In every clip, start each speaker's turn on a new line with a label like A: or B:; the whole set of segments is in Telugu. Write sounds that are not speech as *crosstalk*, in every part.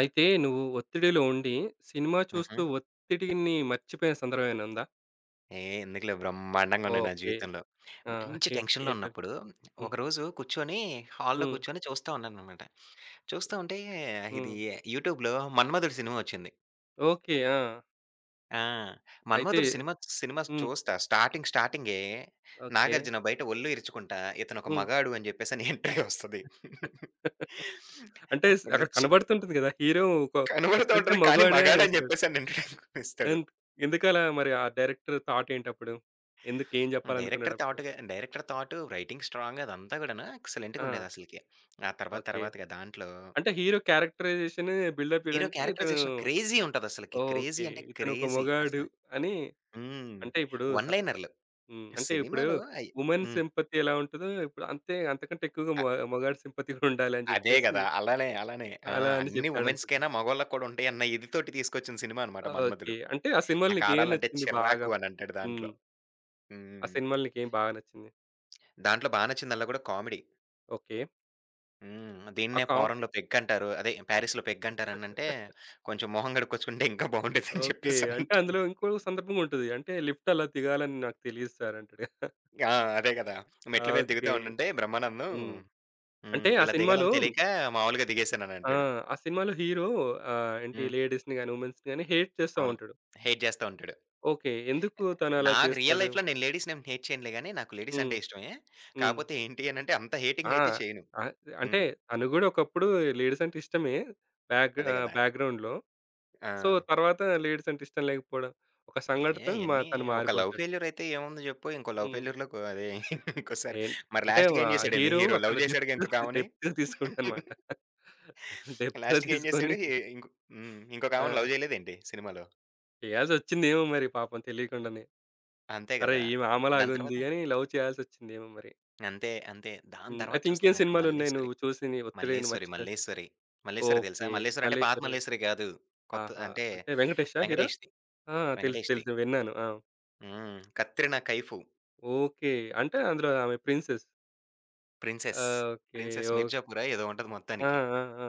A: అయితే నువ్వు ఒత్తిడిలో ఉండి, సినిమా
B: హుహు.
A: చూస్తూ ఒత్తిడిని మర్చిపోయిన సందర్భం ఏమైనా ఉందా?
B: ఏహ్! ఎందుకులే బ్రహ్మాండంగా ఉన్నాయి నా
A: ఓకే.
B: జీవితంలో.
A: ఆ!
B: మంచి
A: ఏంటి
B: టెన్షన్‌లో
A: ఏంటది?
B: ఉన్నప్పుడు
A: హ్మ్.
B: ఒకరోజు కూర్చొని హాల్‌లో
A: హ్మ్.
B: కూర్చొని చూస్తా ఉన్నాననమాట. చూస్తా ఉంటే
A: హ్మ్.
B: ఇది యూట్యూబ్‌లో 'మన్మధుడు' సినిమా వచ్చింది.
A: ఓకే. ఆ!
B: ఆ!
A: అయితే
B: 'మన్మధుడు' సినిమా సినిమా
A: హ్మ్.
B: చూస్తా స్టార్టింగే
A: ఓకే.
B: 'నాగార్జున' బయట ఒళ్ళు ఇరుచుకుంటా ఇతనొక
A: హ్మ్.
B: మగాడు అని చెప్పేసని ఎంట్రీ వస్తది.
A: *laughs* అంటే అక్కడ
B: అప్పటినుంచి
A: కనబడుతుంటుంది గదా! హీరో ఒక
B: కనబడుతా
A: వస్తుంటే
B: ఉంటది. కానీ
A: మగాడే అని
B: మగాడని
A: వస్తాడు.
B: చెప్పేసని ఎంట్రీ ఇస్తాడు.
A: ఎందు ఎందుకలా మరి ఆ డైరెక్టర్ థాట్ ఏంటప్పుడు? ఎందుకు ఏం జెప్పాలనుకున్నాడు అప్పుడు?
B: డైరెక్టర్ థాట్, రైటింగ్ స్ట్రాంగ్ అదంతా గూడాను ఎక్సలెంట్‌గా
A: ఆ!
B: ఉండేదసలకి. ఆ తర్వాత
A: ఓకే.
B: తర్వాతగా దాంట్లో
A: అంటే హీరో క్యారెక్టరైజేషన్ బిల్డప్
B: హీరో
A: ఇయ్యడానికి ఇతను
B: క్యారెక్టరైజేషన్ క్రేజీ ఉంటదసలకి.
A: ఓకే.
B: క్రేజీ అంటే
A: ఇతను ఒక
B: క్రేజీ
A: మొగాడు
B: అసల.
A: అని
B: హ్మ్.
A: అంటే ఇప్పుడు స
B: వన్
A: స
B: లైనర్‌లు.
A: హ్మ్. అంటే ఇప్పుడు
B: సినిమాలో అయి
A: వుమెన్
B: హ్మ్.
A: సింపతి ఎలా ఉంటదో, ఇప్పుడు అంతే అంతకంటే ఎక్కువగా
B: అ
A: మొగాడి సింపతి కూడా ఉండాలి అని
B: అదే
A: చెప్పేసి,
B: గదా! అలానే, అలానే. ఆ!
A: అలా అని
B: అన్ని
A: చెప్పాడనుకుంటా.
B: వుమెన్స్‌కైనా మగోళ్ళకి కూడా ఉంటాయన్న ఇది తోటి తీసుకొచ్చిన సినిమా అనమాట
A: ఆ! ఓకే.
B: 'మన్మధుడు.'
A: అంటే ఆ సినిమాలో
B: నాకు
A: నీకేం
B: ఆడాలంటే
A: నచ్చింది బాగా?
B: చిరాకు అని అంటాడు
A: హ్మ్.
B: దాంట్లో.
A: ఆ
B: హ్మ్.
A: సినిమాలో నీకేం బాగా నచ్చింది?
B: దాంట్లో బా నచ్చిందల్లా గూడా కామెడీ.
A: ఓకే.
B: హ్మ్.
A: ఆ
B: దీన్నే
A: కాం
B: ఫారెన్‌లో పెగ్ అంటారు. అదే పారిస్‌లో పెగ్ అంటారనంటే,
A: *laughs*
B: కొంచెం మొహం కడుక్కొచ్చుకుంటే ఇంకా బావుండేదని
A: ఓకే. అంటే
B: చెప్పేసనంటే
A: అందులో ఇంకో సందర్భం ఉంటది. అంటే లిఫ్ట్ అలా దిగాలని నాకు తెలీదు సార్ అంటాడు.
B: ఆ! అదే గదా! మెట్ల మీద దిగుతా
A: ఓకే.
B: ఉండుంటే బ్రహ్మానందం
A: హ్మ్. అంటే
B: హ్మ్.
A: ఆ
B: ఇలా
A: సినిమాలో
B: దిగాలని తెలియక మామూలుగా
A: ఆ!
B: దిగేసాననంటాడు.
A: ఆ సినిమాలో హీరో ఆహ్, ఏంటి
B: హ్మ్.
A: లేడీస్‌ని గాని, వుమెన్స్‌ని గాని హేట్ చేస్తా
B: అవును.
A: ఉంటాడు.
B: హేట్ జేస్తా ఉంటాడు.
A: ఓకే. ఎందుకు తనలా
B: నాకు రియల్
A: చేస్తాడు?
B: లైఫ్‌లో నేను లేడీస్‌ని ఏం హేట్ చేయనులే గానీ, నాకు లేడీస్
A: హ్మ్.
B: అంటే ఇష్టమే.
A: హ్మ్.
B: కాపోతే ఏంటి అనంటే, అంత హేటింగ్
A: ఆ!
B: అయితే చేయను.
A: ఆహ్, అంటే
B: హ్మ్.
A: తను గూడా ఒకప్పుడు లేడీస్ అంటే ఇష్టమే. బ్యాక్
B: అదే
A: ఆహ్,
B: గదా!
A: బ్యాక్‌గ్రౌండ్‌లో.
B: ఆ!
A: సో, తర్వాత లేడీస్ అంటే ఇష్టం లేకపోవడం. ఒక
B: ఏ
A: సంఘటనతో మా
B: అయన్నీ
A: తను
B: ఒక లవ్
A: మారిపోతాడు.
B: ఫెయిల్యూర్ అయితే ఏముంది జెప్పు. ఇంకో లవ్
A: హ్మ్.
B: ఫెయిల్యూర్‌లో కొ అదే *laughs* ఇంకోసారి
A: ఏన్
B: మరి
A: అంటే
B: లాస్ట్‌కి
A: మా
B: ఏం జేసాడండి
A: హీరో
B: హీరో?
A: అక్కడ
B: లవ్ జేసాడుగా ఇంకొక
A: డెప్త్
B: ఆమెని.
A: డెప్త్‌గా తీసుకుండనమాట.
B: *laughs*
A: తను డెప్త్‌గా
B: లాస్ట్‌కి ఏం
A: తీసుకొని
B: జేసాడు? హి ఇంకో హ్మ్. ఇంకొక ఆమెని
A: ఆ!
B: లవ్ జేయలేదేంటి సినిమాలో?
A: చేయాల్సొచ్చిందేమో మరి పాపం తెలియకుండానే.
B: అంతే
A: అరే!
B: గదా!
A: ఈమె
B: దాని
A: ఆమెలాగుంది
B: తర్వాత
A: అని లవ్ చేయాల్సొచ్చిందేమో మరి.
B: అంతే. అంతే. దాని
A: హ్మ్.
B: తర్వాత
A: అయితే
B: చూస్తే
A: ఇంకేం
B: గనక
A: సినిమాలున్నాయి
B: 'మల్లేశ్వరి',
A: నువ్వు చూసినయి ఒత్తిడిని
B: 'మల్లేశ్వరి',
A: మర్చిపోయాక?
B: 'మల్లేశ్వరి', 'మల్లేశ్వరి' తెలుసా?
A: ఓకే.
B: 'మల్లేశ్వరి' అంటే పాత
A: 'మల్లేశ్వరి'
B: 'మల్లేశ్వరి' గాదు. కొత్త
A: ఆహా!
B: అంటే
A: అంటే వెంకటేషా హీరో?
B: వెంకటేష్‌ది.
A: ఆ! తెలుసు.
B: వెంకటేష్‌ది.
A: తెలుసు. విన్నాను. ఆ!
B: హ్మ్. 'కత్రినా కైఫ్',
A: ఓకే. అంటే అందులో ఆమె princess.
B: 'Princess',
A: okay.
B: 'Princess
A: okay.
B: మిర్జాపురా' ఏదో ఉంటది
A: ఆ!
B: మొత్తానికి.
A: ఆ! ఆ!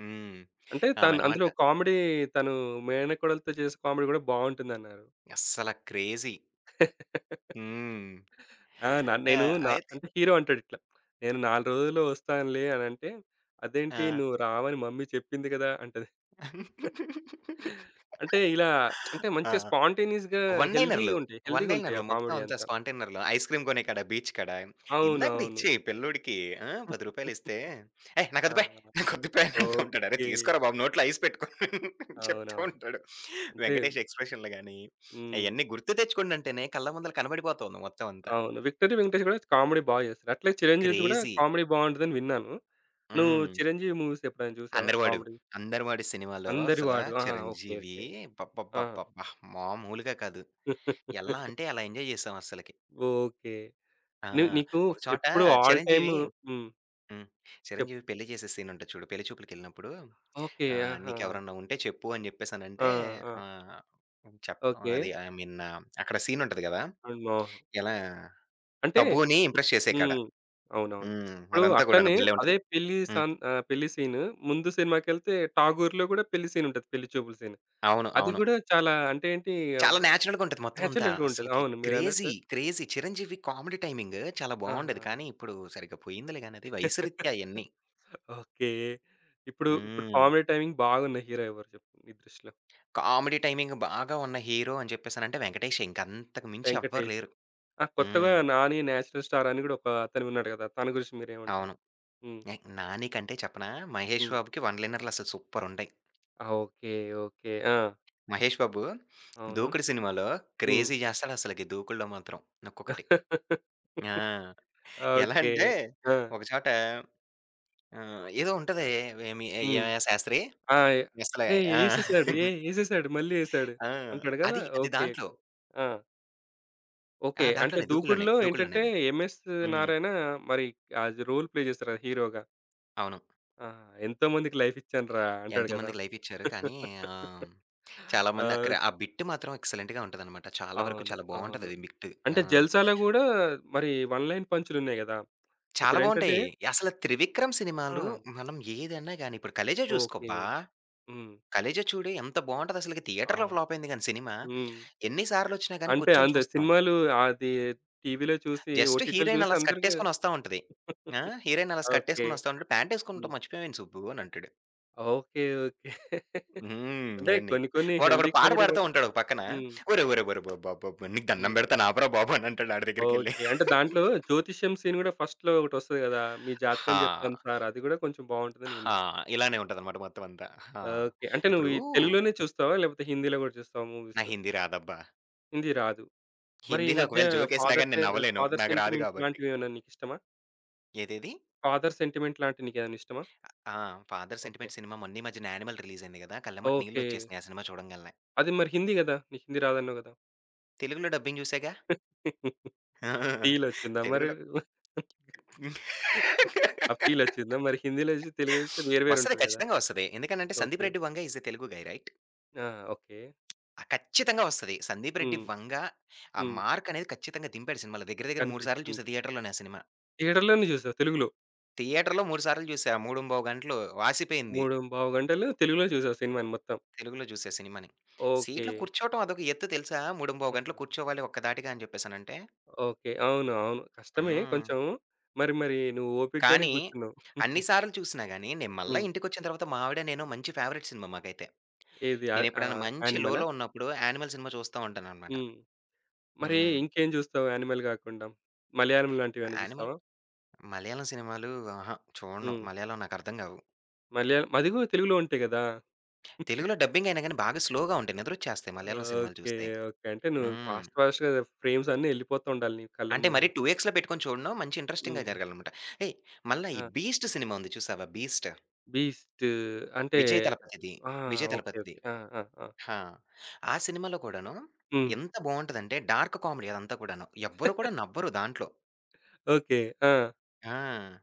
B: హ్మ్.
A: అంటే తను
B: ఆమెనమాట.
A: అందులో కామెడీ తను మేనకోడలతో చేసే కామెడీ కూడా బావుంటుందన్నారు.
B: అస్సల క్రేజీ. హ్మ్.
A: ఆ! న నేను
B: ఆహ్,
A: నా
B: అయితే
A: అంటే హీరో అంటాడిట్లా. నేను 4 రోజుల్లో వస్తానులే అనంటే, అదేంటి
B: ఆ!
A: నువ్వు రావని మమ్మీ చెప్పింది కదా! అంటది. అంటే ఇలా అంటే మంచిగా
B: ఆ!
A: స్పాంటేనియస్‌గా
B: వన్ లైనర్‌లు.
A: హెల్తీ‌గుంటాయి.
B: వన్
A: హెల్తీ‌గుంటాయి ఆ
B: లైనర్‌లు మొత్తం
A: కామెడీ
B: అంతా
A: అంతా.
B: స్పాంటైనర్‌లు. ఐస్ క్రీమ్ కొనే కాడ, బీచ్ కాడ. ఇందాకడ
A: అవునవును.
B: ఇచ్చేయి పిల్లోడికి ఆ! రూ. 10 ఇస్తే, "ఏయ్!
A: ఆ!
B: నాకొద్దు పే, నాకొద్దు పే" అని అంటూ ఉంటాడు. "అరే
A: ఓకే.
B: తీసుకోరా బాబు నోట్లో ఐస్ పెట్టుకో" అని చెప్తూ
A: అవునవును.
B: ఉంటాడు.
A: అంటే
B: వెంకటేష్ ఎక్స్‌ప్రెషన్‌లు గాని,
A: హ్మ్.
B: అయన్నీ గుర్తు తెచ్చుకోండంటేనే కళ్ళ ముందల కనబడిపోతుంది మొత్తం అంతా.
A: అవును. 'విక్టరీ వెంకటేష్' కూడా కామెడీ బా చేస్తారు. అట్లే 'చిరంజీవిది' కూడా
B: క్రేజీ.
A: కామెడీ బావుంటదని విన్నాను. నువ్వు
B: హ్మ్.
A: 'చిరంజీవి' మూవీస్ ఎప్పుడైనా చూసావా
B: 'అందరివాడు'.
A: కామెడీ?
B: 'అందరివాడు' సినిమాలో
A: 'అందరి
B: అసల
A: వాడు.' ఆ! ఓకే.
B: చిరంజీవి
A: ఓకే. ఆ!
B: అబ్బబ్బబ్బబ్బబ్బా! మామూలుగా కాదు. ఎలా
A: *laughs*
B: అంటే అలా ఎంజాయ్ చేసాం అస్సలకి.
A: ఓకే.
B: ఆ!
A: నీకు
B: ఒక చోట
A: ఎప్పుడు ఆల్ టైమ్
B: చిరంజీవి
A: హ్మ్.
B: హ్మ్.
A: చెప్పు.
B: చిరంజీవి పెళ్లి చేసే సీన్ ఉంటది చూడు. పెళ్లి చూపులకెళ్ళినప్పుడు
A: ఓకే.
B: ఆహ్,
A: ఆహా!
B: "నీకెవరన్నా ఉంటే చెప్పు" అని
A: ఆ!
B: చెప్పేసనంటే
A: ఆ!
B: ఆహ్, చెప్పను.
A: ఓకే.
B: అది ఐ మీన్ అక్కడ సీన్ ఉంటది కదా!
A: 'Good morning.'
B: ఎలా
A: అంటే
B: 'తబూ'ని ఇంప్రెస్ చేసే కాడ.
A: హ్మ్. అవునవును.
B: హ్మ్.
A: ఇప్పుడు
B: అదంతా కూడాను
A: అట్లనే
B: భలే
A: అదే
B: ఉంటది.
A: పెళ్లి
B: హ్మ్.
A: సన్ ఆహ్, పెళ్లి సీన్ ముందు సినిమాకెళ్తే 'ఠాగూర్'లో గూడా పెళ్లి సీన్ ఉంటది. పెళ్లి చూపుల సీన్.
B: అవును.
A: అది
B: అవును.
A: గూడా చాలా అంటే ఏంటి ఆహ్,
B: చాలా నేచురల్‌గా ఉంటది మొత్తం అంతా.
A: నేచురల్‌గా ఉంటది.
B: అసలకి
A: అవును.
B: క్రేజీ,
A: మీరన్నట్టు
B: క్రేజీ 'చిరంజీవి' కామెడీ టైమింగ్ చాలా
A: ఆ!
B: బావుండేది. కానీ ఇప్పుడు సరిగ్గా పోయిందిలే గాని అది వయసురీత్యా
A: *laughs*
B: అయన్నీ.
A: ఓకే. ఇప్పుడు ఇప్పుడు
B: హ్మ్.
A: కామెడీ టైమింగ్ బాగున్న హీరో ఎవరు చెప్పు నీ దృష్టిలో?
B: కామెడీ టైమింగ్ బాగా ఉన్న హీరో అని చెప్పేసనంటే 'వెంకటేషే' ఇంక అంతకు మించి ఎవ్వరు
A: 'వెంకటేష్.'
B: లేరు.
A: ఆ! కొత్తగా
B: హ్మ్.
A: 'నాని నేచురల్ స్టార్' అని గూడా ఒక అతను ఉన్నాడు గదా! తన గురించి మీరేమంటారు?
B: అవును.
A: హ్మ్.
B: 'నాని' కంటే చెప్పనా 'మహేష్
A: హ్మ్.
B: బాబుకి' వన్ లైనర్‌లు అసలు సూపరుంటాయి.
A: ఆ! ఓకే. ఓకే. ఆ!
B: 'మహేష్ బాబు'
A: అవును.
B: 'దూకుడు' సినిమాలో
A: హ్మ్.
B: క్రేజీ చేస్తాడు అసలకి 'దూకుడులో' మాత్రం ఒక్కొక్కటి.
A: *laughs*
B: ఆ! ఎలా
A: ఓకే.
B: అంటే
A: ఆ!
B: ఒక చోట ఆహ్, ఏదో ఉంటది ఏమి
A: హ్మ్.
B: 'ఏమయ్య శాస్త్రి
A: ఆ!
B: అసల
A: "ఏయ్!
B: ఆ!
A: ఏసేసాడు. ఏ ఏసేసాడు. మళ్ళీ ఏసాడు"
B: ఆ!
A: అంటాడు గదా!
B: అది అది
A: ఓకే.
B: దాంట్లో.
A: ఓకే. ఆ!
B: ఆ!
A: ఓకే. అంటే
B: దాంట్లోనే దూకుల్లోనే.
A: 'దూకుడులో'
B: దూకుల్లోనే
A: ఏంటంటే
B: అది.
A: 'ఎంఎస్
B: హ్మ్.
A: నారాయణ' మరి అది రోల్ ప్లే చేస్తారు కదా! హీరోగా.
B: అవును.
A: ఆ! "ఎంతో మందికి లైఫ్ ఇచ్చానురా" అంటాడు కదా!
B: ఎంతోమందికి లైఫ్ ఇచ్చారు. కానీ ఆహ్, చాలామంది
A: ఆ!
B: అక్కడ ఆ బిట్ మాత్రం ఎక్సలెంట్‌గా ఉంటదనమాట. చాలా వరకు
A: అవును.
B: చాలా
A: అవును.
B: బావుంటదది బిట్. ఆ!
A: అంటే 'జల్సాలో' గూడా మరి వన్ లైన్ పంచులున్నాయి గదా!
B: చాలా
A: ఇప్పుడేంటంటే
B: బావుంటాయి. అసలు 'త్రివిక్రమ్'
A: ఆ!
B: సినిమాలు మనం ఏదన్నా గాని ఇప్పుడు 'కలేజా'
A: ఓకే.
B: చూసుకోబ్బా!
A: హ్మ్.
B: 'కలేజా' చూడు ఎంత బావుంటదసలకి.
A: ఆ!
B: థియేటర్‌లో ఫ్లాప్ అయింది గాని సినిమా.
A: హ్మ్.
B: ఎన్ని సార్లొచ్చినా గాని
A: అంటే
B: కూర్చొని
A: అందరు
B: చూస్తాం.
A: సినిమాలు అది టీవీలో చూసి,
B: జస్ట్
A: ఓటీటీలో
B: హీరోయిన్
A: చూసి
B: అలా
A: అందరికి
B: స్కర్టేసుకొని వస్తా ఉంటది. ఆ! హీరోయిన్ అలా
A: ఓకే.
B: స్కర్టేసుకొని వస్తా ఉంటది. "ప్యాంటేసుకుంటూ
A: హ్మ్.
B: మర్చిపోయావేంటి సుబ్బు" అని అంటాడు.
A: ఓకే. ఓకే. *laughs*
B: హ్మ్.
A: అంటే
B: అయన్నీ.
A: కొన్ని కొన్ని
B: వాడొకడు
A: హెల్తీ
B: పాట
A: కామెడీ వ
B: పాడుతా ఉంటాడు ఒక పక్కన.
A: హ్మ్.
B: ఒరేయ్! ఒరేయ్! ఒరేయ్! అబ్బబ్బబ్బా! నీకు దండం
A: హ్మ్.
B: పెడతాను ఆపరా బాబు అని అంటాడు ఆడి దగ్గరికెళ్ళి.
A: ఓకే. అంటే దాంట్లో జ్యోతిష్యం సీన్ గూడా ఫస్ట్‌లో ఒకటొస్తది గదా! మీ జాతకం
B: హా!
A: జెప్తాను సార్ అది గూడా కొంచెం బావుంటుందని
B: హా!
A: విన్నా.
B: ఇలానే ఉంటదనమాట మొత్తం అంతా. హా!
A: ఓకే. అంటే నువ్వు
B: ఇప్పుడు
A: ఈ తెలుగులోనే చూస్తావా? లేకపోతే హిందీలో గూడా చూస్తావా మూవీస్?
B: నాకు హిందీ రాదబ్బా!
A: హిందీ రాదు. మరి ఈ
B: హిందీలో
A: మధ్య
B: ఒకవేళ జోకేసినా
A: ఫాదర్
B: గాని
A: టె
B: నేను నవ్వలేను.
A: ఫాదర్
B: నాకు రాదు
A: సెంటిమెంట్
B: కాబట్టి.
A: లాంటివేమైనా నీకిష్టమా?
B: ఏదేది?
A: ఫాదర్ సెంటిమెంట్ లాంటివి నీకేమైనా ఇష్టమా?
B: ఆ! 'Father
A: okay.
B: సెంటిమెంట్' సినిమా మొన్న ఈ మధ్యన 'యానిమల్' రిలీజ్ అయింది గదా! కళ్ళెమ్మట
A: ఓకే.
B: నీళ్లొచ్చేసినాయి ఆ సినిమా చూడంగాల్నే.
A: అది మరి హిందీ గదా! నీకు హిందీ రాదన్నావు గదా!
B: తెలుగులో డబ్బింగ్ జూసాగా. ఆ!
A: ఫీలొచ్చిందా *laughs* మరి?
B: తెలుగులో
A: ఆ ఫీలొచ్చిందా? మరి హిందీలోసి, తెలుగొస్తే వేరు వేరు
B: వస్తది
A: ఉంటది గదా!
B: ఖచ్చితంగా వస్తది. ఎందుకనంటే 'Sandeep
A: okay.
B: Reddy Vanga is a Telugu guy' right?
A: ఆ! ఓకే.
B: ఆ! ఖచ్చితంగా వస్తది. 'సందీప్ రెడ్డి
A: హ్మ్.
B: వంగ' ఆ
A: హ్మ్.
B: మార్క్ అనేది ఖచ్చితంగా దింపాడు సినిమాలో. దగ్గర దగ్గర 3 సార్లు చూసా
A: కనిపిచ్చింది.
B: థియేటర్‌లోనే ఆ సినిమా.
A: థియేటర్‌లోనే జూసావు తెలుగులో?
B: థియేటర్‌లో 3 సార్లు చూసా. 3:30 గంటలు వాసిపోయింది.
A: 3:25 గంటలు తెలుగులో జూసావు సినిమాని మొత్తం.
B: తెలుగులో చూసా సినిమాని.
A: ఓకే.
B: సీట్‌లో కూర్చోవటం అదొక ఎత్తు తెలుసా? 3:30 గంటలు
A: ఆహా!
B: కూర్చోవాలి ఒక్కధాటిగా అని చెప్పేసనంటే.
A: ఓకే. అవును. అవును. కష్టమే
B: హ్మ్.
A: కొంచెం. మరి మరి నువ్వు ఓపికగానే
B: కానీ
A: కూర్చున్నావు.
B: అన్ని సార్లు చూసినా గాని, నేను మళ్ళా
A: హ్మ్.
B: ఇంటికొచ్చిన తర్వాత మా ఆవిడ, నేను మంచి ఫేవరైట్ సినిమా మాకైతే.
A: ఏది ఆహ్,
B: నేనెప్పుడైనా
A: ఆహ్,
B: మంచి
A: యానిమలా?
B: లోలో ఉన్నప్పుడు 'యానిమల్' సినిమా చూస్తా ఉంటాననమాట.
A: హ్మ్. మరి
B: హ్మ్.
A: ఇంకేం జూస్తావు యానిమల్ గాకుండా? మలయాళం లాంటివేమైనా
B: 'యానిమల్'
A: జూస్తావా?
B: మలయాళం సినిమాలు అహా! చూడను.
A: హ్మ్.
B: మలయాళం నాకర్థం కావు.
A: మలయాళం అది గూడా తెలుగులో ఉంటాయి గదా!
B: తెలుగులో డబ్బింగ్ అయినా గాని బాగా స్లోగా ఉంటాయి. నిద్రొచ్చేస్తాయి మలయాళం సినిమాలు
A: ఓకే.
B: చూస్తే.
A: ఓకే. అంటే నువ్వు
B: హ్మ్.
A: ఫాస్ట్ ఫాస్ట్‌గా ఫ్రేమ్స్ అన్నీ ఎళ్ళిపోతూ ఉండాలి నీ కళ్ళ
B: అంటే
A: ముందు
B: మరి
A: నుంచి.
B: 2 ఎక్స్‌లో పెట్టుకొని చూడను. మంచి ఇంట్రెస్టింగ్‌గా
A: హ్మ్.
B: జరగాలనమాట. ఏయ్! మళ్ళా ఈ
A: ఆ!
B: 'బీస్ట్' సినిమా ఉంది చూసావా 'బీస్ట్'
A: 'బీస్ట్' అంటే
B: విజయ్ తలపతిది.
A: ఆ!
B: విజయ్
A: ఓకే.
B: తలపతిది.
A: ఓకే. ఆ! ఆ! ఆ!
B: హా! ఆ సినిమాలో కూడాను
A: హ్మ్.
B: ఎంత బావుంటదంటే డార్క్ కామెడీ అదంతా కూడాను. ఎవ్వరు కూడా నవ్వరు దాంట్లో.
A: ఓకే. ఆ!
B: ఆ!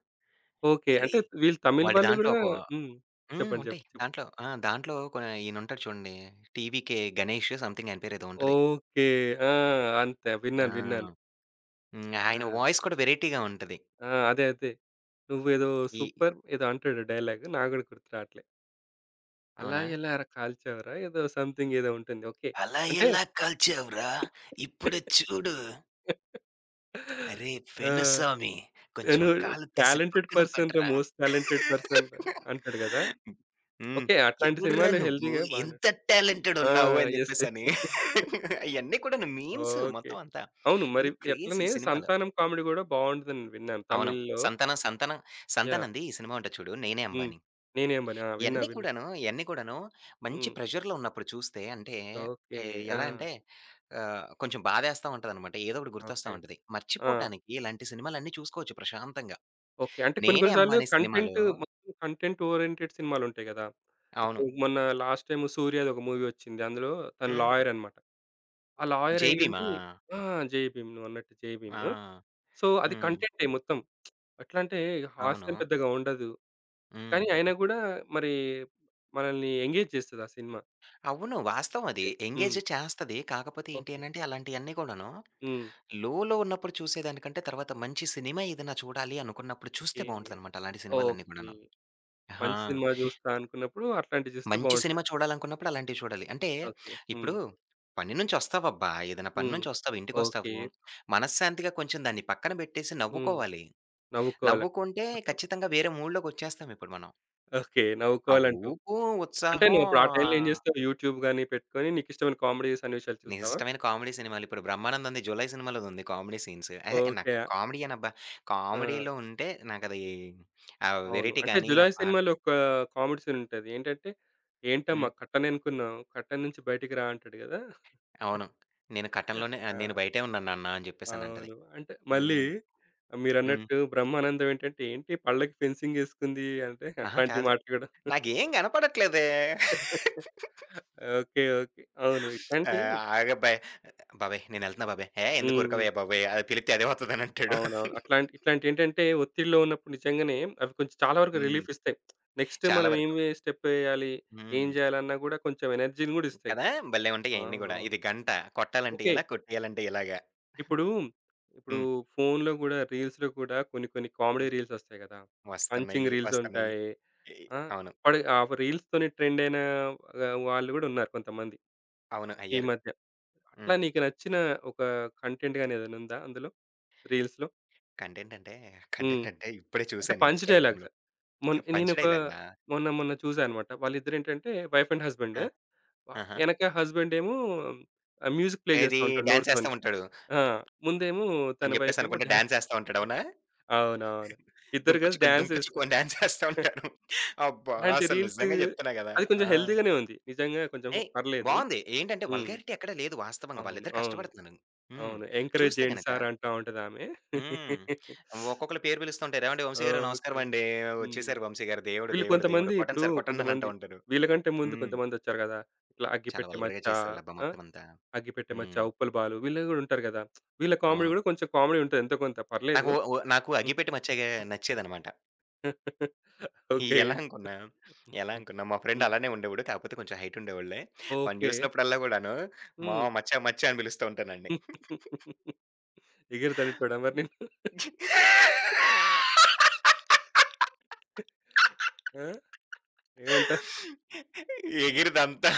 A: ఓకే. అంటే
B: అరేయ్!
A: వీళ్ళు తమిళ్
B: వాడి
A: వాళ్ళు
B: దాంట్లో
A: గూడా
B: ఒక
A: హ్మ్.
B: హ్మ్.
A: చెప్పండి.
B: ఉంటాయి.
A: చెప్పండి.
B: దాంట్లో ఆ! దాంట్లో ఈయనుంటాడు చూడండి. 'టీవీకే గణేష్' సంథింగ్ ఆయన పేరు ఏదో ఉంటది.
A: ఓకే. ఆ! అంతే
B: ఆ!
A: విన్నాను. విన్నాను.
B: హ్మ్. ఆయన
A: ఆ!
B: వాయిస్ కూడా వెరైటీగా ఉంటది.
A: ఆ! అదే. అదే. "నువ్వేదో
B: ఈ
A: సూపర్" ఏదో అంటాడు డైలాగ్. నాకు గూడా గుర్తు రావట్లే. "అలా
B: అవునా?
A: ఎలా కాల్చావురా" ఏదో సంథింగ్ ఏదో ఉంటుంది. ఓకే.
B: అలా
A: అంటే
B: ఎలా కాల్చావురా? ఇప్పుడే చూడు. అరేయ్
A: ఆ!
B: పెనుస్వామి కొంచెం
A: నేను
B: కాలు తీసి
A: టాలెంటెడ్
B: పక్కన
A: పర్సన్‌రా
B: పెట్టరా?
A: మోస్ట్ టాలెంటెడ్ పర్సన్ రా అంటాడు గదా!
B: హ్మ్.
A: ఓకే. అట్లాంటి
B: ఎవడురా
A: సినిమాలు
B: నువ్వు?
A: హెల్తీ‌గా బానే
B: ఇంత
A: హ్మ్.
B: టాలెంటెడ్
A: ఆ!
B: ఉన్నావు అని
A: యెస్. యెస్.
B: జెప్పేసని. అయన్నీ కూడాను మీమ్స్
A: ఓకే.
B: మొత్తం అంతా.
A: అవును. మరి
B: అన్ని క్రేజీ
A: ఎట్లనే
B: సినిమాలు.
A: 'సంతానం' కామెడీ గూడా బావుంటదని విన్నాను
B: అవును.
A: తమిళ్‌లో.
B: 'సంతానం'
A: యాహ్!
B: 'సంతానం'ది ఈ సినిమా ఉంటది చూడు 'నేనే
A: హ్మ్.
B: అంబాని'.
A: 'నేనేం బని' ఆ! విన్నా.
B: ఇయన్నీ
A: విన్నా.
B: కూడాను, ఇయన్నీ కూడాను మంచి
A: హ్మ్.
B: ప్రెషర్‌లో ఉన్నప్పుడు చూస్తే అంటే
A: ఓకే.
B: ఎ
A: ఆ!
B: ఎలా అంటే ఆహ్, కొంచెం బాధేస్తా ఉంటదనమాట. ఏదో ఒకటి గుర్తొస్తా
A: ఓకే.
B: ఉంటది.
A: ఆ!
B: మర్చిపోటానికి ఇలాంటి సినిమాలన్నీ చూసుకోవచ్చు ప్రశాంతంగా.
A: ఓకే. అంటే కొన్ని
B: 'నేనే
A: కొన్ని సార్లు
B: అంబానీ'
A: కంటెంట్
B: సినిమాలో
A: మొత్తం కంటెంట్ ఓరియెంటెడ్ సినిమాలుంటాయి గదా!
B: అవును.
A: ఇప్పుడు మొన్న లాస్ట్ టైమ్ 'సూర్యది' ఒక మూవీ వచ్చింది. అందులో తను
B: హ్మ్.
A: లాయరనమాట. ఆ లాయర్
B: 'జై
A: అయ్యుండి
B: భీమా'
A: ఆ! 'జై భీమ్' నువ్వన్నట్టు 'జై భీమ్.'
B: ఆ!
A: సో, అది
B: హ్మ్.
A: కంటెంటే మొత్తం. ఎట్లా అంటే
B: అవును.
A: హాస్యం పెద్దగా ఉండదు.
B: హ్మ్.
A: కానీ అయినా గూడా మరి మనల్ని ఎంగేజ్ చేస్తది ఆ సినిమా.
B: అవును. వాస్తవం అది.
A: ఓకే. హ్మ్.
B: ఎంగేజ్ చేస్తది. కాకపోతే ఏంటి
A: ఓకే.
B: అనంటే అలాంటియన్నీ కూడాను
A: హ్మ్.
B: లోలో ఉన్నప్పుడు చూసేదానికంటే తర్వాత మంచి సినిమా ఏదైనా చూడాలి అనుకున్నప్పుడు
A: ఈ
B: చూస్తే బావుంటదనమాట అలాంటి సినిమాలన్నీ
A: ఓకే.
B: కూడాను.
A: మంచి
B: ఆ!
A: సినిమా చూస్తా అనుకున్నప్పుడు అట్లాంటివి చూస్తే
B: మంచి సినిమా
A: బావుంటది.
B: చూడాలనుకున్నప్పుడు అలాంటివి చూడాలి. అంటే
A: ఓకే. హ్మ్.
B: ఇప్పుడు పని నుంచొస్తావబ్బా! ఏదైనా పని
A: హ్మ్.
B: నుంచొస్తావు,
A: ఓకే.
B: ఇంటికొస్తావు. మనశ్శాంతిగా కొంచెం దాన్ని పక్కన పెట్టేసి
A: హ్మ్.
B: నవ్వుకోవాలి.
A: నవ్వుకోవాల.
B: నవ్వుకుంటే ఖచ్చితంగా వేరే మూడ్‌లోకొచ్చేస్తాం ఇప్పుడు మనం.
A: ఓకే.
B: ఆ
A: నవ్వుకోవాలంటావు.
B: ఊపు,
A: అంటే
B: ఉత్సాహం
A: నువ్వప్పుడు ఆ టైంలో ఏం చేస్తావు? యూట్యూబ్ గాని పెట్టుకొని నీకిష్టమైన కామెడీ సన్నివేశాలు
B: నీ
A: చూస్తావా?
B: ఇష్టమైన కామెడీ సినిమాలు ఇప్పుడు 'బ్రహ్మానందం'ది 'జులై' సినిమాలోదుంది కామెడీ సీన్స్. అహే! నాకు
A: ఓకే.
B: కామెడీ అనబ్బా!
A: ఆ!
B: కామెడీలో ఉంటే నాకది ఆ
A: అవును.
B: వెరైటీ
A: అంటే
B: కానీ ఆ
A: 'జులాయి'
B: పాట
A: సినిమాలో ఒక కామెడీ సీన్ ఉంటది. ఏంటంటే, "ఏంటమ్మా
B: హ్మ్.
A: కట్టననుకున్నావు, కట్టం నుంచి బయటికి రా" అంటాడు గదా!
B: అవును. నేను కటన్‌లోనే ఆహ్,
A: ఆ!
B: నేను బయటే ఉన్నాను నాన్న అని జెప్పేసనంటది.
A: అవును. అంటే మళ్ళీ
B: హ్మ్. హ్మ్.
A: మీరన్నట్టు బ్రహ్మానందం ఏంటంటే, "ఏంటి పళ్ళకి ఫెన్సింగ్ ఏసుకుంది" అంటే
B: అహా!
A: అట్లాంటి
B: కాదు.
A: మాటలు గూడా
B: నాకేం కనపడట్లేదే.
A: ఓకే. ఓకే. అవును. ఇట్లాంటి
B: ఆహ్, ఆగబ్బాయ్, బాబాయ్ నేనెళ్తున్నా బాబాయ్. "ఏహ్! ఎందుకు
A: హ్మ్. హ్మ్.
B: ఉరకవే బాబాయ్ అది పిలిత్తే అదే వస్తదనంటాడు."
A: అవునవును. అట్లాంటి ఇట్లాంటియేంటంటే ఒత్తిడిలో ఉన్నప్పుడు నిజంగానే అవి కొంచెం చాలా వరకు రిలీఫ్
B: హ్మ్.
A: ఇస్తాయి. నెక్స్ట్
B: చాలా
A: మనం
B: వరకు.
A: ఏమి స్టెప్ ఏయాలి, ఏం
B: హ్మ్.
A: జేయాలన్నా గూడా కొంచెం ఎనర్జీని గూడా ఇస్తాయి.
B: కదా! భలే ఉంటాయి అయన్నీ గూడా.
A: అవునవును.
B: ఇది గంట, కొట్టాలంటే
A: ఓకే.
B: ఇలా, కొట్టేయాలంటే ఇలాగా.
A: ఇప్పుడు, ఇప్పుడు,
B: హ్మ్.
A: ఫోన్‌లో గూడా రీల్స్‌లో కూడా కొన్ని కొన్ని కామెడీ
B: హ్మ్.
A: రీల్స్ ఒస్తాయి గదా! పంచింగ్
B: వస్తున్నాయి.
A: రీల్స్
B: వస్తున్నాయి.
A: ఉంటాయి.
B: ఎ
A: ఆ!
B: అవును.
A: అప్పడి ఆ రీల్స్‌తోని ట్రెండ్ అయిన ఆహ్, వాళ్ళు గూడా ఉన్నారు కొంతమంది
B: అవును.
A: ఈ
B: అయ్యారు.
A: మధ్య. అట్లా
B: హ్మ్.
A: నీకు నచ్చిన ఒక కంటెంట్ గాని ఏదైనా ఉందా అందులో? రీల్స్‌లో?
B: కంటెంట్ అంటే,
A: హ్మ్.
B: కంటెంట్ అంటే ఇప్పుడే
A: అంటే
B: చూసాను
A: పంచ్ డైలాగ్స్.
B: ఇన్‌స్టాగ్రామ్‌లో.
A: మొన్
B: పంచ్
A: నేనొక
B: డైలాగా?
A: మొన్న మొన్న చూసా అన్నమాట. వాళ్ళిద్దరు ఏంటంటే వైఫ్ అండ్ హస్బెండ్.
B: ఆ!
A: వ
B: ఆహా!
A: ఎనక హస్బెండ్ ఏమో ఆహ్, మ్యూజిక్ ప్లే జేస్తా
B: ఏది
A: ఉంటాడు
B: డాన్స్ ఏస్తా
A: నోటితోని.
B: ఉంటాడు
A: ఆ! ముందేమో తన
B: అని
A: వైఫ్ ఏమో
B: జెప్పేసనుకుంటే
A: డాన్స్
B: డాన్స్ ఏస్తా ఉంటాడు. అవునా?
A: అవునవును. ఇద్దరు
B: దుంకు
A: కలిసి
B: చికుని,
A: డాన్స్
B: దుంకు చిక్కు
A: చేస్తారు.
B: అని డాన్స్ చేస్తా
A: *laughs*
B: ఉంటారు. అబ్బా!
A: ఇలాంటి
B: అసలు
A: రీల్స్
B: నిజంగా చెప్తున్నా గదా!
A: అది కొంచెం
B: ఆ!
A: హెల్తీగానే ఉంది. నిజంగా కొంచెం
B: ఏయ్!
A: పర్లేదు.
B: బావుంది. ఏంటంటే
A: హ్మ్.
B: వల్గారిటీ ఎక్కడ లేదు వాస్తవంగా.
A: అవును.
B: వాళ్ళిద్దరు
A: అవును.
B: కష్టపడుతున్నారు. హ్మ్.
A: అవును. ఎంకరేజ్
B: చూస్తే
A: చేయండి
B: గనక
A: సార్ అంటా ఉంటదామె.
B: హ్మ్.
A: *laughs*
B: ఒక్కొక్కళ్ళు పేరు పిలుస్తుంటారు. ఏవండీ వంశీ గారు
A: ఓకే.
B: నమస్కారమండి.
A: హ్మ్.
B: వచ్చేసారు వంశీ గారు. దేవుడు,
A: వీళ్ళు
B: దేవుడు, దేవుడు.
A: కొంతమంది
B: కొట్టండి
A: ఇప్పుడు
B: సార్ కొట్టండి అని అంటా
A: కొంతమంది
B: ఉంటారు.
A: వీళ్ళకంటే ముందు
B: హ్మ్.
A: కొంతమందొచ్చారు గదా! ఇట్లా
B: చాలా
A: అగ్గిపెట్టె
B: వల్గర్‌గా
A: మచ్చ,
B: చేసేవాళ్ళబ్బా!
A: ఆ!
B: మొత్తం అంతా.
A: అగ్గిపెట్టె మచ్చ,
B: హ్మ్.
A: ఉప్పల్ బాలు వీళ్ళు గూడా ఉంటారు గదా! వీళ్ళ కామెడీ
B: అవును.
A: గూడా కొంచెం కామెడీ ఉంటది ఎంతో కొంత పర్లేదు.
B: నాకు అగ్గిపెట్టె మచ్చగా
A: *laughs*
B: నచ్చేదనమాట. ఈ
A: ఓకే.
B: ఎలా అనుకున్నా, ఎలా అనుకున్నా మా ఫ్రెండ్
A: హ్మ్.
B: అలానే ఉండేవాడు. కాకపోతే కొంచెం హైట్ ఉండేవాడులే. వాడిని
A: ఓకే.
B: చూసినప్పుడల్లా గూడాను మా
A: హ్మ్.
B: మచ్చా, మచ్చా అని పిలుస్తూ ఉంటానండి.
A: ఎగిరితనేటోడా మరి నిన్ను? ఆ! ఏమంటావు?
B: ఎగిరిదంతా.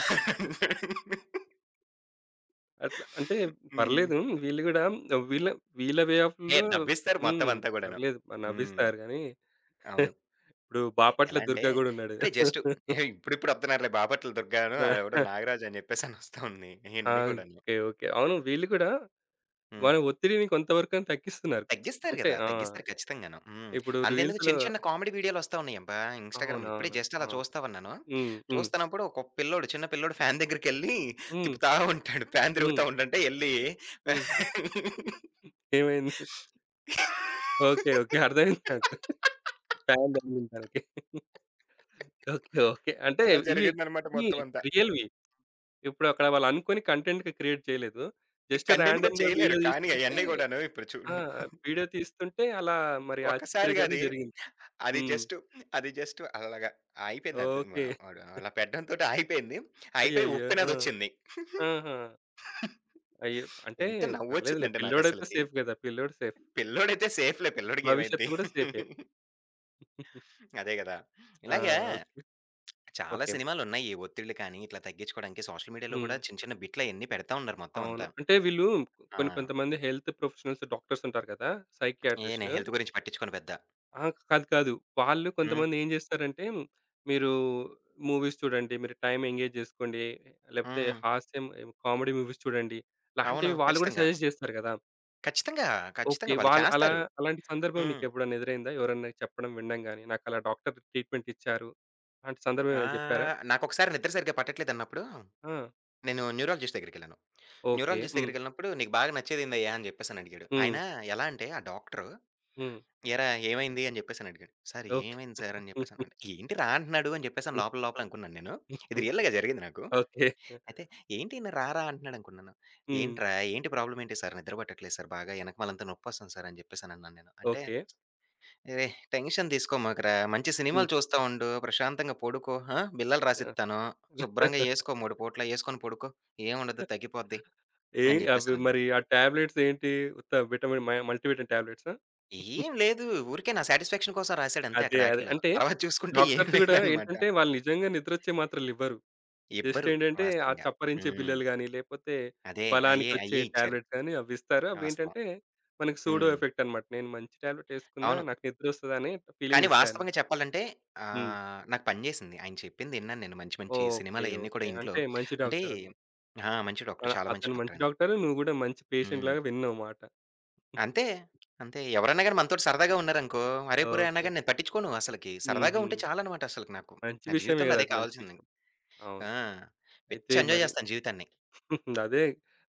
A: అట్లా అంటే
B: హ్మ్.
A: పర్లేదు వీళ్ళు గూడా వీళ్ళ వీళ్ళ వే
B: ఏ
A: ఆఫ్‌లో
B: నవ్విస్తారు మొత్తం
A: హ్మ్.
B: అంతా గూడాను.
A: పర్లేదు
B: హ్మ్.
A: నవ్విస్తారు గానీ
B: అవును.
A: ఇప్పుడు బాపట్ల
B: ఎలా అంటే
A: దుర్గా గూడా ఉన్నాడు.
B: ఇప్పుడే జస్ట్ ఇప్పుడిప్పుడు వత్తున్నారులే బాపట్ల దుర్గాను,
A: ఆ!
B: ఆడెవడో నాగరాజు అని చెప్పేసని వస్తా ఉంది.
A: ఆ!
B: ఇయన్నీ కూడాను.
A: ఓకే. ఓకే. అవును వీళ్ళు గూడా
B: హ్మ్.
A: మన ఒత్తిడిని కొంత వరకైనా తగ్గిస్తున్నారు.
B: తగ్గిస్తారు
A: అంటే
B: గదా!
A: ఆ!
B: తగ్గిస్తారు ఖచ్చితంగాను. హ్మ్.
A: ఇప్పుడు
B: అంతెందుకు
A: రీల్స్‌లో
B: చిన్న చిన్న కామెడీ వీడియోలొస్తా ఉన్నాయబ్బా! ఇన్‌స్టాగ్రామ్‌లో. ఇప్పుడే
A: అవునవును.
B: జస్ట్ అలా
A: అవును.
B: చూస్తా ఉన్నాను.
A: హ్మ్. హ్మ్.
B: చూస్తున్నప్పుడు ఒక పిల్లోడు, చిన్న పిల్లోడు ఫ్యాన్ దగ్గరికెళ్ళి
A: హ్మ్.
B: తిప్పుతా ఉంటాడు. ఫ్యాన్
A: హ్మ్.
B: తిరుగుతా ఉండంటే ఎళ్లి
A: హ్మ్. ఏమైంది? ఓకే. ఓకే. అర్థమైంది నాకు. ఫ్యాన్ తగిలింది తనకి. ఓకే. ఓకే. అంటే
B: అలా
A: ఇవి,
B: జరిగిందనమాట
A: ఇవి,
B: మొత్తం అంతా.
A: రియల్‌వి. ఇప్పుడు అక్కడ వాళ్ళు అనుకోని కంటెంట్ క్రియేట్ చేయలేదు. జస్ట్
B: కంటెంట్‌గా
A: రాండమ్‌గా
B: చేయలేరు.
A: వీడియో
B: కానీ
A: తీస్తుంటే
B: అయన్నీ గూడాను ఇప్పుడు
A: ఆ!
B: చూడు
A: వీడియో తీస్తుంటే అలా మరి ఆ
B: ఒక్కసారిగా
A: చిత్రీకరణ
B: అది
A: జరిగింది.
B: అది
A: హ్మ్.
B: జస్ట్ అది జస్ట్ అలాగా అయిపోయింది అది.
A: ఓకే.
B: వాడు అలా పెట్టడంతోటి ఆగిపోయింది. అయిపోయి
A: అయ్యయ్యో! ఆ!
B: ఉప్పెనదొచ్చింది.
A: ఆహా! అయ్యో! అంటే
B: ఎంత
A: పర్లేదులే.
B: నవ్వొచ్చిందంటే
A: పిల్లోడైతే
B: నాకసలకి.
A: సేఫ్ గదా! పిల్లోడు సేఫ్.
B: పిల్లోడైతే సేఫ్‌లే పిల్లోడికేమైద్ది.
A: భవిష్యత్తు కూడా సేఫే.
B: అదే గదా!
A: ఆ!
B: ఇలాగా
A: ఓకే.
B: చాలా
A: ఓకే.
B: సినిమాలున్నాయి. ఈ ఒత్తిళ్ళు కానీ, ఇట్లా తగ్గించుకోవడానికి సోషల్ మీడియాలో
A: హ్మ్.
B: కూడా చిన్న చిన్న బిట్లయన్నీ పెడతా ఉన్నారు మొత్తం
A: అవును.
B: అంతా.
A: అంటే వీళ్ళు
B: ఆ!
A: కొన్ని కొంతమంది హెల్త్ ప్రొఫెషనల్స్ డాక్టర్స్ ఉంటారు కదా!
B: ఏ నేను
A: సైకియాట్రిస్ట్‌లు
B: హెల్త్ గురించి పట్టించుకోను పెద్ద.
A: అహా! కాదు. కాదు. వాళ్ళు
B: హ్మ్.
A: కొంతమంది ఏం జేస్తారంటే, మీరు మూవీస్ చూడండి, మీరు టైమ్ ఎంగేజ్ జేసుకోండి, లేకపోతే
B: హ్మ్.
A: హాస్యం, కామెడీ మూవీస్ చూడండి.
B: అవును.
A: లాంటివి వాళ్ళు గూడా
B: ఖచ్చితంగా.
A: సజెస్ట్ జేస్తారు గదా!
B: ఖచ్చితంగా.
A: ఓకే.
B: ఖచ్చితంగా వాళ్ళు
A: వాళ్ళు అలా
B: చేస్తారు.
A: అలాంటి సందర్భం
B: హ్మ్.
A: నీకెప్పుడన్నా ఎదురైందా? ఎవరన్నా చెప్పడం వినడం గాని, నాకలా డాక్టర్ ట్రీట్‌మెంట్ ఇచ్చారు. అలాంటి సందర్భం ఏమైనా జెప్పారా?
B: ఆహ్, నాకొకసారి నిద్ర సరిగ్గా పట్టట్లేదన్నప్పుడు
A: ఆ!
B: నేను న్యూరాలజిస్ట్ దగ్గరికెళ్ళాను.
A: ఓకే.
B: న్యూరాలజిస్ట్
A: హ్మ్.
B: దగ్గరికెళ్ళినప్పుడు, "నీకు బాగా నచ్చేదేందయ్యా?" అని జెప్పేసనడిగాడు.
A: హ్మ్.
B: ఆయన ఎలా అంటే ఆ డాక్టరు,
A: హ్మ్.
B: "ఏరా ఏమైంది?" అని జెప్పేసనడిగాడు. "Sir
A: okay.
B: ఏమైంది సార్" అని
A: *laughs*
B: జెప్పేసనంటే, "ఏంటిరా అంటున్నాడు" అని జెప్పేసని లోపల లోపల అనుకున్నాను నేను. ఇది రియల్‌గా జరిగింది నాకు.
A: ఓకే.
B: అయితే ఏంటి ఈయన రా రా అంటున్నాడు అనుకున్నాను.
A: హ్మ్.
B: "ఏంట్రా ఏంటి ప్రాబ్లమ్ ఏంటి సార్ నిద్ర పట్టట్లేదు సార్ బాగా ఎనకమాలంతా నొప్పొస్తుంది సార్" అని జెప్పేసనన్నాను నేను. అంటే,
A: ఓకే.
B: "అరేయ్! టెన్షన్ తీసుకోమాకురా మంచి
A: హ్మ్.
B: సినిమాలు చూస్తా ఉండు, ప్రశాంతంగా పడుకో ఆ! బిళ్ళలు
A: ఆ!
B: రాసిత్తాను, శుభ్రంగా ఏసుకో
A: *laughs*
B: 3 పూట్ల ఏసుకొని పడుకో ఏముండదు తగ్గిపోద్ది"
A: ఏ
B: అని
A: అవి
B: జెప్పేసనన్నాను.
A: మరి ఆ టాబ్లెట్స్ ఏంటి? ఉత్త విటమిన్ మ మల్టీవిటమిన్ టాబ్లెట్సా?
B: ఏం లేదు. ఊరికే నా సాటిస్‌ఫాక్షన్ కోసం రాసాడంతే
A: అదే.
B: అక్కడ
A: అదే.
B: ఆటిల్లో.
A: అంటే
B: తర్వాత చూసుకుంటే ఏం
A: డాక్టర్స్ గూడా
B: లేదనమాట.
A: ఏంటంటే వాళ్ళు నిజంగా నిద్రొచ్చే మాత్రలివ్వరు. జస్ట్
B: ఇవ్వరు
A: ఏంటంటే ఆ
B: వాస్తవంగా.
A: చప్పరించే
B: హ్మ్.
A: బిళ్ళలు గాని, లేపోతే
B: అదే. అయ్యే
A: బలానికొచ్చే
B: అయ్యే ఇచ్చారు.
A: టాబ్లెట్స్ గాని అవ్విస్తారు.
B: వాస్తవం.
A: అవేంటంటే మనకి సూడో
B: హ్మ్.
A: ఎఫెక్ట్ అనమాట. నేను మంచి టాబ్లెట్ యేసుకున్నా
B: అవును.
A: నాకు నిద్రొస్తదని ఫీలింగ్
B: కానీ
A: ఇస్తాయన్నమాట.
B: వాస్తవంగా చెప్పాలంటే
A: హ్మ్.
B: ఆహ్, నాకు పని జేసింది. ఆయన చెప్పింది ఇన్నాను నేను మంచి మంచి
A: ఓకే.
B: సినిమాలయన్నీ
A: ఓకే.
B: కూడా ఇంట్లో
A: అంటే మంచి
B: అంటే
A: డాక్టరనమాట.
B: ఆ! మంచి
A: ఆ!
B: డాక్టర్. చాలా మంచి
A: అతను
B: డాక్టర్
A: మంచి
B: ఆయన.
A: డాక్టరు. నువ్వు గూడా మంచి పేషెంట్
B: హ్మ్.
A: లాగా విన్నావు మాట. *laughs*
B: అంతే. అంతే. ఎవరన్నా గాని మనతోటి సరదాగా ఉన్నారనుకో, అరేపురే అన్నా
A: ఓకే.
B: గాని నేను పట్టించుకోను అసలకి. సరదాగా
A: హుహు.
B: ఉంటే చాలనమాట అసలకి నాకు.
A: మంచి
B: నా
A: విషయమే
B: జీవితంలో
A: గదా!
B: అదే
A: అది మంచి
B: కావాల్సింది.
A: విషయం. అవును.
B: ఆ!
A: అయితే
B: పిచ్చి ఎంజాయ్
A: మరి
B: జేస్తాను జీవితాన్ని.
A: *laughs* అదే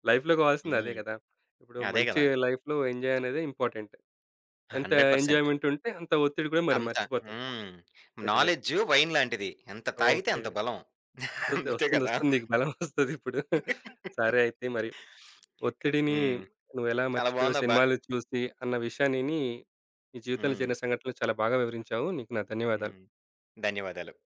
A: లైఫ్‌లో కావాల్సింది అదే
B: హ్మ్.
A: గదా! ఇప్పుడు
B: అదే
A: మంచి
B: గదా!
A: లైఫ్‌లో ఎంజాయ్ అనేది ఇంపార్టెంట్. ఎంత
B: 100%
A: ఎంజాయ్‌మెంట్ ఉంటే అంత ఒత్తిడి కూడా మరి
B: అంత.
A: మర్చిపోతాం.
B: హ్మ్.
A: నిజమే.
B: నాలెడ్జు వైన్ లాంటిది. ఎంత తాగితే
A: ఓకే.
B: అంత బలం.
A: వస్తది.
B: అంతే
A: వస్తుంది.
B: గదా!
A: వస్తుంది. నీకు బలం వస్తదిప్పుడు. *laughs* సరే అయితే మరి ఒత్తిడిని
B: హ్మ్.
A: నువ్వెలా
B: చాలా
A: మర్చిపోయావు
B: బావుందబ్బా!
A: సినిమాలు చూసి అన్న విషయాన్ని నీ జీవితంలో
B: హ్మ్.
A: జరిగిన సంఘటనలు చాలా బాగా వివరించావు. నీకు నా ధన్యవాదాలు.
B: హ్మ్. ధన్యవాదాలు.